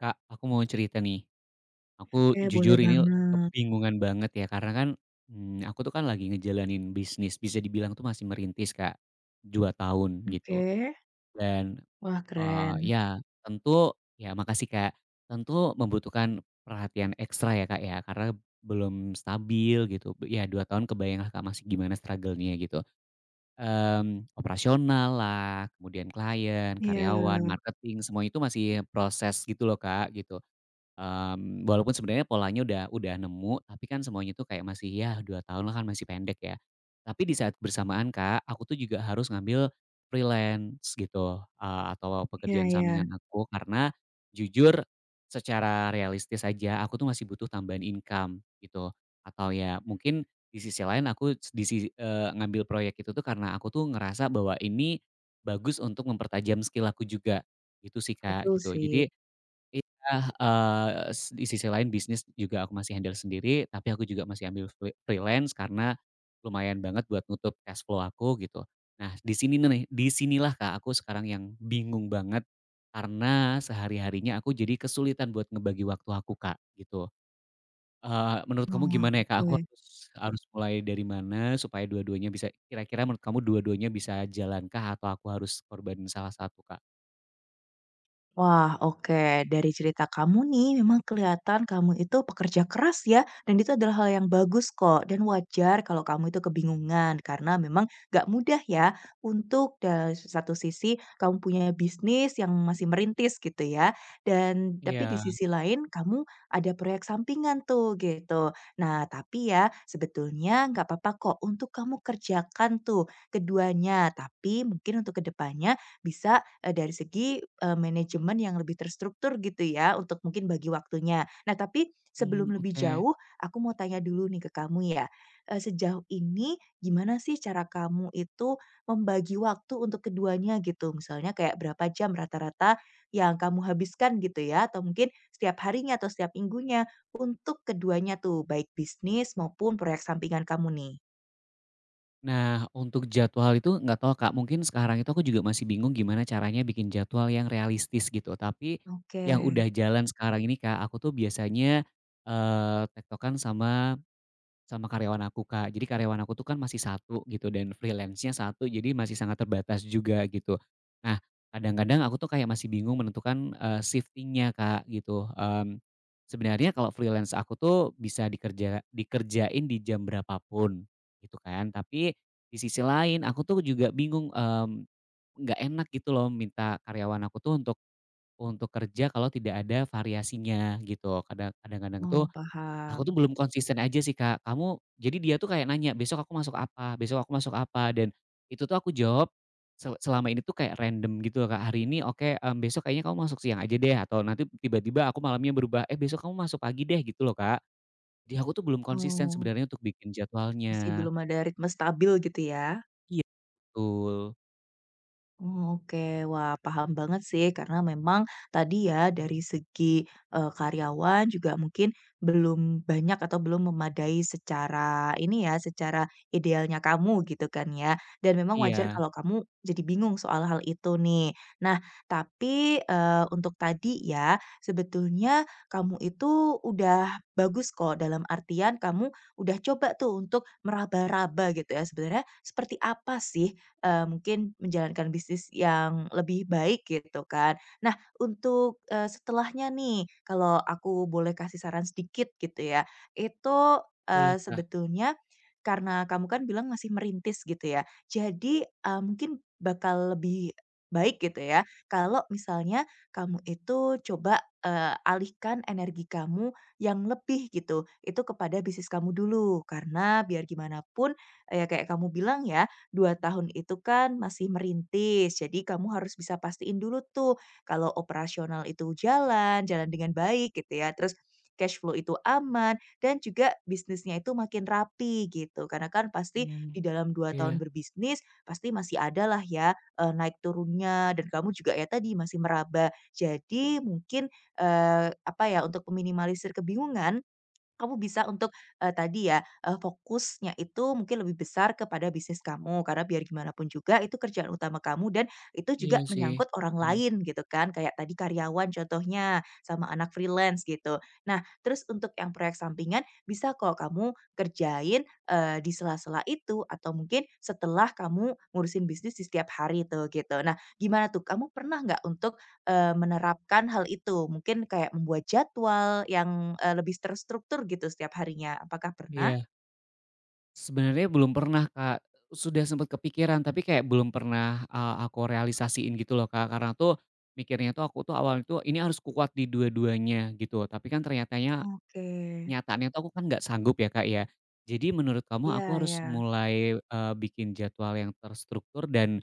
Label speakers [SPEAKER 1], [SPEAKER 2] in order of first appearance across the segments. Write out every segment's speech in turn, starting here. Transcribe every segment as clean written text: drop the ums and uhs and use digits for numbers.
[SPEAKER 1] Kak, aku mau cerita nih. Aku
[SPEAKER 2] Oke, boleh
[SPEAKER 1] jujur ini
[SPEAKER 2] banget.
[SPEAKER 1] kebingungan banget ya karena kan, aku tuh kan lagi ngejalanin bisnis bisa dibilang tuh masih merintis Kak, 2 tahun
[SPEAKER 2] Oke.
[SPEAKER 1] gitu dan,
[SPEAKER 2] Wah, keren.
[SPEAKER 1] ya tentu ya makasih Kak, tentu membutuhkan perhatian ekstra ya Kak ya karena belum stabil gitu, ya 2 tahun kebayang lah Kak masih gimana struggle-nya gitu, operasional lah, kemudian klien, karyawan,
[SPEAKER 2] Iya
[SPEAKER 1] marketing, semua itu masih proses gitu loh Kak gitu. Walaupun sebenarnya polanya udah nemu, tapi kan semuanya tuh kayak masih ya 2 tahun lah kan masih pendek ya. Tapi di saat bersamaan Kak, aku tuh juga harus ngambil freelance gitu, atau
[SPEAKER 2] iya
[SPEAKER 1] pekerjaan
[SPEAKER 2] iya,
[SPEAKER 1] sampingan aku karena jujur secara realistis aja aku tuh masih butuh tambahan income gitu. Atau ya mungkin di sisi lain aku s di sisi ngambil proyek itu tuh karena aku tuh ngerasa bahwa ini bagus untuk mempertajam skill aku juga, gitu sih Kak,
[SPEAKER 2] betul
[SPEAKER 1] gitu.
[SPEAKER 2] sih.
[SPEAKER 1] Jadi iya, eee, s di sisi lain bisnis juga aku masih handle sendiri, tapi aku juga masih ambil freelance karena lumayan banget buat nutup cash flow aku gitu. Nah di sini nih, di sinilah Kak aku sekarang yang bingung banget karena sehari-harinya aku jadi kesulitan buat ngebagi waktu aku Kak gitu. Menurut kamu
[SPEAKER 2] Wah,
[SPEAKER 1] gimana ya Kak,
[SPEAKER 2] oke.
[SPEAKER 1] aku harus harus mulai dari mana supaya dua-duanya bisa kira-kira menurut kamu dua-duanya bisa jalankah atau aku harus korbanin salah satu Kak?
[SPEAKER 2] Wah, oke. Dari cerita kamu nih, memang kelihatan kamu itu pekerja keras ya, dan itu adalah hal yang bagus kok. Dan wajar kalau kamu itu kebingungan, karena memang gak mudah ya untuk dari satu sisi kamu punya bisnis yang masih merintis gitu ya, dan
[SPEAKER 1] Iya.
[SPEAKER 2] tapi di sisi lain kamu ada proyek sampingan tuh, gitu. Nah, tapi ya sebetulnya nggak apa-apa kok untuk kamu kerjakan tuh keduanya, tapi mungkin untuk kedepannya bisa dari segi, manajemen yang lebih terstruktur gitu ya, untuk mungkin bagi waktunya. Nah, tapi
[SPEAKER 1] Mmm,
[SPEAKER 2] sebelum lebih
[SPEAKER 1] oke.
[SPEAKER 2] jauh, aku mau tanya dulu nih ke kamu ya, sejauh ini gimana sih cara kamu itu membagi waktu untuk keduanya gitu? Misalnya kayak berapa jam rata-rata yang kamu habiskan gitu ya, atau mungkin setiap harinya atau setiap minggunya untuk keduanya tuh, baik bisnis maupun proyek sampingan kamu nih?
[SPEAKER 1] Nah, untuk jadwal itu nggak tahu Kak, mungkin sekarang itu aku juga masih bingung gimana caranya bikin jadwal yang realistis gitu. Tapi
[SPEAKER 2] Oke.
[SPEAKER 1] yang udah jalan sekarang ini Kak, aku tuh biasanya, tektokan sama sama karyawan aku, Kak. Jadi karyawan aku tuh kan masih satu gitu dan freelance-nya satu, jadi masih sangat terbatas juga gitu. Nah, kadang-kadang aku tuh kayak masih bingung menentukan, shifting-nya, Kak, gitu. Sebenarnya kalau freelance aku tuh bisa dikerjain di jam berapapun gitu kan, tapi di sisi lain aku tuh juga bingung, nggak enak gitu loh minta karyawan aku tuh untuk kerja kalau tidak ada variasinya gitu. Kadang-kadang tuh
[SPEAKER 2] Oh,
[SPEAKER 1] aku tuh
[SPEAKER 2] paham.
[SPEAKER 1] belum konsisten aja sih, Kak. Kamu jadi dia tuh kayak nanya, "Besok aku masuk apa? Besok aku masuk apa?" Dan itu tuh aku jawab selama ini tuh kayak random gitu loh, Kak. Hari ini oke, besok kayaknya kamu masuk siang aja deh, atau nanti tiba-tiba aku malamnya berubah, "Eh, besok kamu masuk pagi deh," gitu loh, Kak. Jadi aku tuh belum konsisten
[SPEAKER 2] Oh,
[SPEAKER 1] sebenarnya untuk bikin
[SPEAKER 2] masih
[SPEAKER 1] jadwalnya.
[SPEAKER 2] belum ada ritme stabil gitu ya?
[SPEAKER 1] Iya, betul.
[SPEAKER 2] Mmm, oke. Wah, paham banget sih karena memang tadi ya dari segi, karyawan juga mungkin belum banyak atau belum memadai secara ini ya, secara idealnya kamu gitu kan ya, dan memang wajar
[SPEAKER 1] Iya,
[SPEAKER 2] kalau kamu jadi bingung soal hal itu nih. Nah, tapi, untuk tadi ya, sebetulnya kamu itu udah bagus kok dalam artian kamu udah coba tuh untuk meraba-raba gitu ya, sebenarnya seperti apa sih mungkin menjalankan bisnis yang lebih baik gitu kan. Nah untuk, setelahnya nih kalau aku boleh kasih saran sedikit gitu ya, itu,
[SPEAKER 1] boleh, Kak.
[SPEAKER 2] sebetulnya karena kamu kan bilang masih merintis gitu ya, jadi, mungkin bakal lebih baik gitu ya kalau misalnya kamu itu coba, alihkan energi kamu yang lebih gitu, itu kepada bisnis kamu dulu. Karena biar gimana pun, kayak kamu bilang ya, 2 tahun itu kan masih merintis, jadi kamu harus bisa pastiin dulu tuh kalau operasional itu jalan dengan baik gitu ya, terus cash flow itu aman dan juga bisnisnya itu makin rapi gitu. Karena kan pasti
[SPEAKER 1] Mhm,
[SPEAKER 2] di dalam dua
[SPEAKER 1] iya
[SPEAKER 2] tahun berbisnis pasti masih ada lah ya, naik turunnya dan kamu juga ya tadi masih meraba. Jadi mungkin, apa ya, untuk meminimalisir kebingungan, kamu bisa untuk, tadi ya, fokusnya itu mungkin lebih besar kepada bisnis kamu, karena biar gimana pun juga itu kerjaan utama kamu dan itu juga
[SPEAKER 1] iya sih.
[SPEAKER 2] menyangkut orang
[SPEAKER 1] Mhm,
[SPEAKER 2] lain gitu kan, kayak tadi karyawan contohnya, sama anak freelance gitu. Nah, terus untuk yang proyek sampingan bisa kok kamu kerjain, di sela-sela itu atau mungkin setelah kamu ngurusin bisnis di setiap hari tuh gitu. Nah, gimana tuh, kamu pernah nggak untuk, menerapkan hal itu, mungkin kayak membuat jadwal yang, lebih terstruktur gitu setiap harinya. Apakah pernah?
[SPEAKER 1] iya. Sebenarnya belum pernah, Kak. Sudah sempat kepikiran, tapi kayak belum pernah, aku realisasiin gitu loh, Kak. Karena tuh mikirnya tuh aku tuh awalnya tuh ini harus kuat di dua-duanya gitu, tapi kan ternyatanya
[SPEAKER 2] Oke,
[SPEAKER 1] nyataannya tuh aku kan nggak sanggup ya, Kak, ya. Jadi menurut kamu
[SPEAKER 2] iya
[SPEAKER 1] aku
[SPEAKER 2] ya.
[SPEAKER 1] harus mulai, bikin jadwal yang terstruktur dan,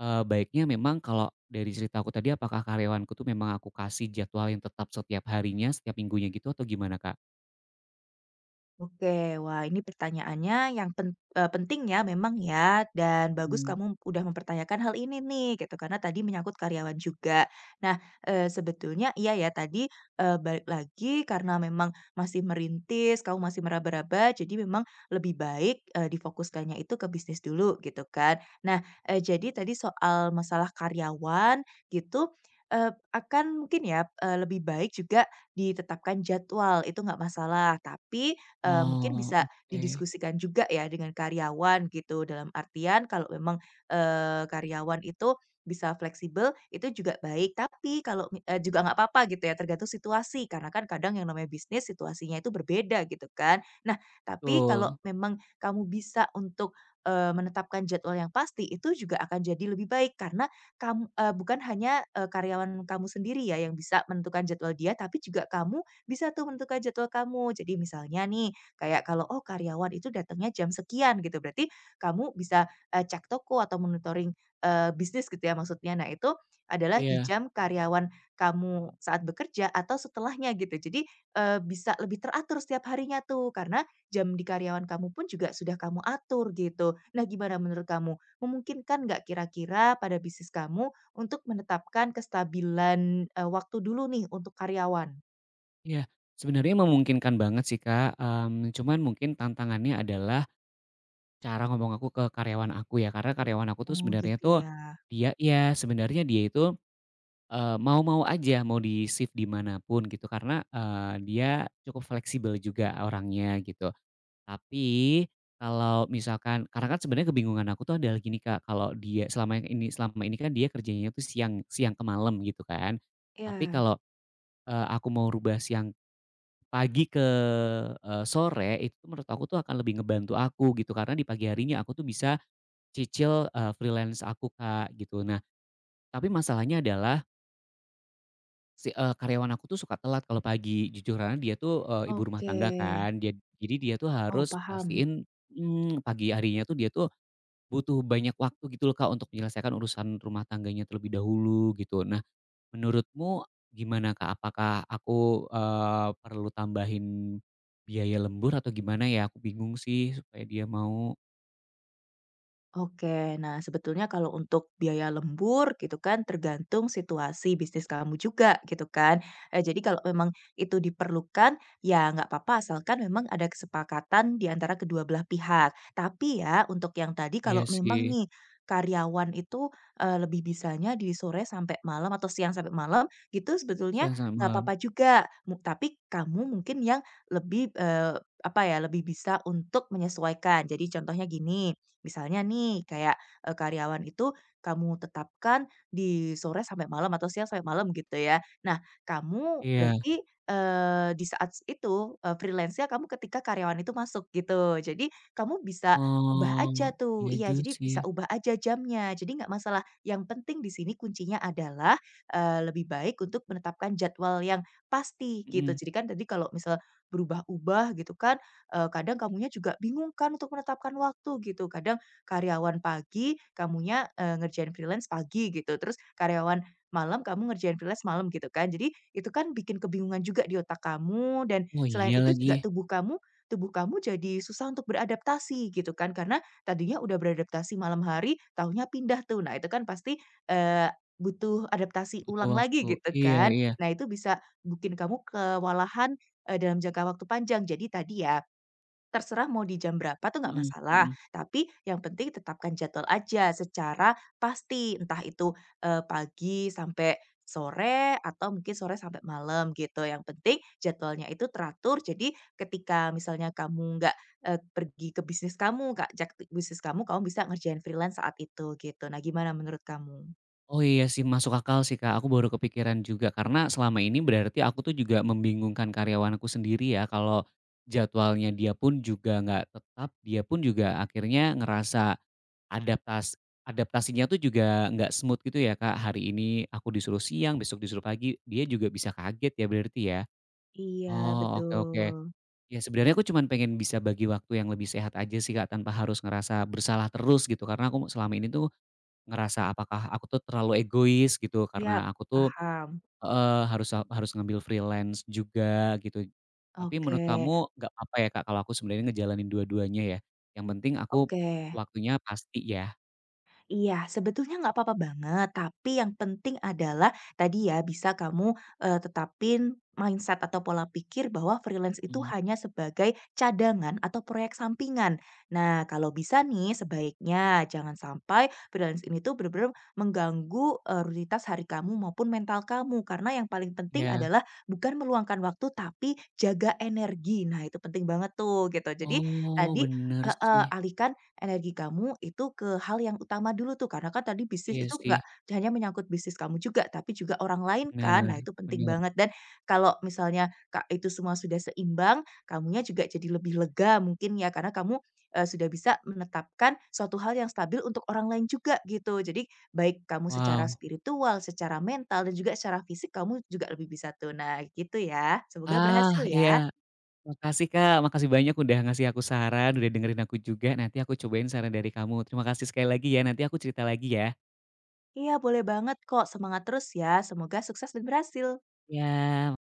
[SPEAKER 1] baiknya memang kalau dari cerita aku tadi apakah karyawanku tuh memang aku kasih jadwal yang tetap setiap harinya, setiap minggunya gitu atau gimana, Kak?
[SPEAKER 2] Oke, wah ini pertanyaannya yang penting ya memang ya, dan bagus
[SPEAKER 1] Mhm.
[SPEAKER 2] kamu udah mempertanyakan hal ini nih gitu, karena tadi menyangkut karyawan juga. Nah, sebetulnya iya ya tadi, balik lagi karena memang masih merintis, kamu masih meraba-raba, jadi memang lebih baik, difokuskannya itu ke bisnis dulu gitu kan. Nah, jadi tadi soal masalah karyawan gitu, akan mungkin ya, lebih baik juga ditetapkan jadwal, itu nggak masalah. Tapi mungkin
[SPEAKER 1] Oh,
[SPEAKER 2] bisa
[SPEAKER 1] oke.
[SPEAKER 2] didiskusikan juga ya dengan karyawan gitu, dalam artian kalau memang, karyawan itu bisa fleksibel, itu juga baik. Tapi kalau juga nggak apa-apa gitu ya, tergantung situasi, karena kan kadang yang namanya bisnis situasinya itu berbeda gitu kan. Nah, tapi kalau
[SPEAKER 1] Betul,
[SPEAKER 2] memang kamu bisa untuk, menetapkan jadwal yang pasti, itu juga akan jadi lebih baik karena kamu bukan hanya, karyawan kamu sendiri ya yang bisa menentukan jadwal dia, tapi juga kamu bisa tuh menentukan jadwal kamu. Jadi misalnya nih, kayak kalau, oh karyawan itu datangnya jam sekian gitu, berarti kamu bisa, cek toko atau monitoring, bisnis gitu ya maksudnya. Nah itu adalah di
[SPEAKER 1] iya.
[SPEAKER 2] jam karyawan kamu saat bekerja atau setelahnya gitu. Jadi, bisa lebih teratur setiap harinya tuh, karena jam di karyawan kamu pun juga sudah kamu atur gitu. Nah gimana menurut kamu, memungkinkan nggak kira-kira pada bisnis kamu untuk menetapkan kestabilan, waktu dulu nih untuk karyawan?
[SPEAKER 1] Iya, sebenarnya memungkinkan banget sih Kak, cuman mungkin tantangannya adalah cara ngomong aku ke karyawan aku ya, karena karyawan aku tuh
[SPEAKER 2] Oh
[SPEAKER 1] sebenarnya
[SPEAKER 2] gitu
[SPEAKER 1] tuh
[SPEAKER 2] ya.
[SPEAKER 1] dia ya sebenarnya dia itu, mau-mau aja mau di shift dimanapun gitu karena, dia cukup fleksibel juga orangnya gitu. Tapi kalau misalkan karena kan sebenarnya kebingungan aku tuh adalah gini Kak, kalau dia selama ini kan dia kerjanya tuh siang siang ke malam gitu kan. Tapi
[SPEAKER 2] Ya,
[SPEAKER 1] kalau, aku mau rubah pagi ke, sore itu tuh menurut aku tuh akan lebih ngebantu aku gitu karena di pagi harinya aku tuh bisa cicil, freelance aku, Kak, gitu. Nah, tapi masalahnya adalah karyawan aku tuh suka telat kalau pagi jujur karena dia tuh, ibu rumah
[SPEAKER 2] oke.
[SPEAKER 1] tangga kan dia jadi dia tuh
[SPEAKER 2] Oh,
[SPEAKER 1] harus
[SPEAKER 2] paham.
[SPEAKER 1] pastiin, pagi harinya tuh dia tuh butuh banyak waktu gitu loh, Kak, untuk menyelesaikan urusan rumah tangganya terlebih dahulu gitu. Nah menurutmu gimana, Kak? Apakah aku, perlu tambahin biaya lembur atau gimana ya? Aku bingung sih supaya dia mau.
[SPEAKER 2] Oke, nah sebetulnya kalau untuk biaya lembur gitu kan tergantung situasi bisnis kamu juga gitu kan. Eh, jadi kalau memang itu diperlukan ya nggak apa-apa asalkan memang ada kesepakatan di antara kedua belah pihak. Tapi ya untuk yang tadi
[SPEAKER 1] Iya
[SPEAKER 2] kalau
[SPEAKER 1] sih,
[SPEAKER 2] memang nih karyawan itu eh, lebih bisanya di sore sampai malam atau siang sampai malam gitu sebetulnya
[SPEAKER 1] siang sama
[SPEAKER 2] nggak
[SPEAKER 1] malam.
[SPEAKER 2] apa-apa juga. Mu- Tapi kamu mungkin yang lebih eh, apa ya lebih bisa untuk menyesuaikan. Jadi contohnya gini misalnya nih kayak, karyawan itu kamu tetapkan di sore sampai malam atau siang sampai malam gitu ya. Nah kamu
[SPEAKER 1] Iya.
[SPEAKER 2] berarti, eee, di saat itu, freelance-nya kamu ketika karyawan itu masuk gitu. Jadi kamu bisa ubah
[SPEAKER 1] Oh,
[SPEAKER 2] aja
[SPEAKER 1] iya
[SPEAKER 2] tuh iya
[SPEAKER 1] juga
[SPEAKER 2] jadi
[SPEAKER 1] sih.
[SPEAKER 2] bisa ubah aja jamnya, jadi nggak masalah. Yang penting di sini kuncinya adalah, lebih baik untuk menetapkan jadwal yang pasti gitu.
[SPEAKER 1] Mhm.
[SPEAKER 2] Jadi kan tadi kalau misal berubah-ubah gitu kan, kadang kamunya juga bingung kan untuk menetapkan waktu gitu. Kadang karyawan pagi, kamunya, ngerjain freelance pagi gitu, terus karyawan malam, kamu ngerjain freelance malam gitu kan. Jadi itu kan bikin kebingungan juga di otak kamu dan
[SPEAKER 1] Oh,
[SPEAKER 2] selain
[SPEAKER 1] iya
[SPEAKER 2] itu
[SPEAKER 1] lagi,
[SPEAKER 2] juga tubuh kamu jadi susah untuk beradaptasi gitu kan, karena tadinya udah beradaptasi malam hari, tahunya pindah tuh. Nah itu kan pasti, eee, butuh adaptasi
[SPEAKER 1] butuh
[SPEAKER 2] ulang lagi
[SPEAKER 1] waktu.
[SPEAKER 2] gitu
[SPEAKER 1] Iya
[SPEAKER 2] kan.
[SPEAKER 1] iya.
[SPEAKER 2] Nah itu bisa bikin kamu kewalahan, dalam jangka waktu panjang. Jadi tadi ya terserah mau di jam berapa tuh nggak
[SPEAKER 1] Mhm
[SPEAKER 2] masalah,
[SPEAKER 1] mhm.
[SPEAKER 2] tapi yang penting tetapkan jadwal aja secara pasti, entah itu, pagi sampai sore atau mungkin sore sampai malam gitu. Yang penting jadwalnya itu teratur, jadi ketika misalnya kamu nggak, pergi ke bisnis kamu, nggak jakti bisnis kamu, kamu bisa ngerjain freelance saat itu gitu. Nah, gimana menurut kamu?
[SPEAKER 1] Oh, iya sih masuk akal sih, Kak. Aku baru kepikiran juga karena selama ini berarti aku tuh juga membingungkan karyawanku sendiri ya kalau jadwalnya dia pun juga nggak tetap, dia pun juga akhirnya ngerasa Adaptas adaptasinya tuh juga nggak smooth gitu ya, Kak, hari ini aku disuruh siang, besok disuruh pagi, dia juga bisa kaget ya berarti ya?
[SPEAKER 2] Iya,
[SPEAKER 1] Oh, oke oke.
[SPEAKER 2] betul.
[SPEAKER 1] Ya sebenarnya aku cuman pengen bisa bagi waktu yang lebih sehat aja sih, Kak, tanpa harus ngerasa bersalah terus gitu, karena aku selama ini tuh ngerasa apakah aku tuh terlalu egois gitu,
[SPEAKER 2] Ya,
[SPEAKER 1] karena aku tuh
[SPEAKER 2] paham.
[SPEAKER 1] heeh, harus harus ngambil freelance juga gitu. Tapi menurut
[SPEAKER 2] Oke
[SPEAKER 1] kamu nggak apa ya, Kak, kalau aku sebenarnya ngejalanin dua-duanya ya? Yang penting aku
[SPEAKER 2] oke.
[SPEAKER 1] waktunya pasti ya?
[SPEAKER 2] Iya, sebetulnya nggak apa-apa banget, tapi yang penting adalah tadi ya bisa kamu, tetapin mindset atau pola pikir bahwa freelance itu
[SPEAKER 1] Mmm,
[SPEAKER 2] hanya sebagai cadangan atau proyek sampingan. Nah, kalau bisa nih sebaiknya jangan sampai freelance ini tuh benar-benar mengganggu, rutinitas hari kamu maupun mental kamu, karena yang paling penting
[SPEAKER 1] iya.
[SPEAKER 2] adalah bukan meluangkan waktu, tapi jaga energi. Nah, itu penting banget tuh gitu. Jadi
[SPEAKER 1] Oh,
[SPEAKER 2] tadi
[SPEAKER 1] bener sih.
[SPEAKER 2] heeh, alihkan energi kamu itu ke hal yang utama dulu tuh, karena kan tadi bisnis
[SPEAKER 1] Iya
[SPEAKER 2] itu
[SPEAKER 1] sih,
[SPEAKER 2] nggak hanya menyangkut bisnis kamu juga, tapi juga orang lain kan.
[SPEAKER 1] bener
[SPEAKER 2] Nah, itu penting
[SPEAKER 1] bener.
[SPEAKER 2] banget dan kalau misalnya, Kak, itu semua sudah seimbang, kamunya juga jadi lebih lega mungkin ya, karena kamu, sudah bisa menetapkan suatu hal yang stabil untuk orang lain juga gitu. Jadi baik kamu secara
[SPEAKER 1] Wow.
[SPEAKER 2] spiritual, secara mental, dan juga secara fisik kamu juga lebih bisa tuh. Nah, gitu ya. Semoga
[SPEAKER 1] Ah,
[SPEAKER 2] berhasil
[SPEAKER 1] iya.
[SPEAKER 2] ya.
[SPEAKER 1] Makasih, Kak, makasih banyak udah ngasih aku saran, udah dengerin aku juga. Nanti aku cobain saran dari kamu. Terima kasih sekali lagi ya, nanti aku cerita lagi ya.
[SPEAKER 2] Iya, boleh banget kok. Semangat terus ya. Semoga sukses dan berhasil.
[SPEAKER 1] Ya.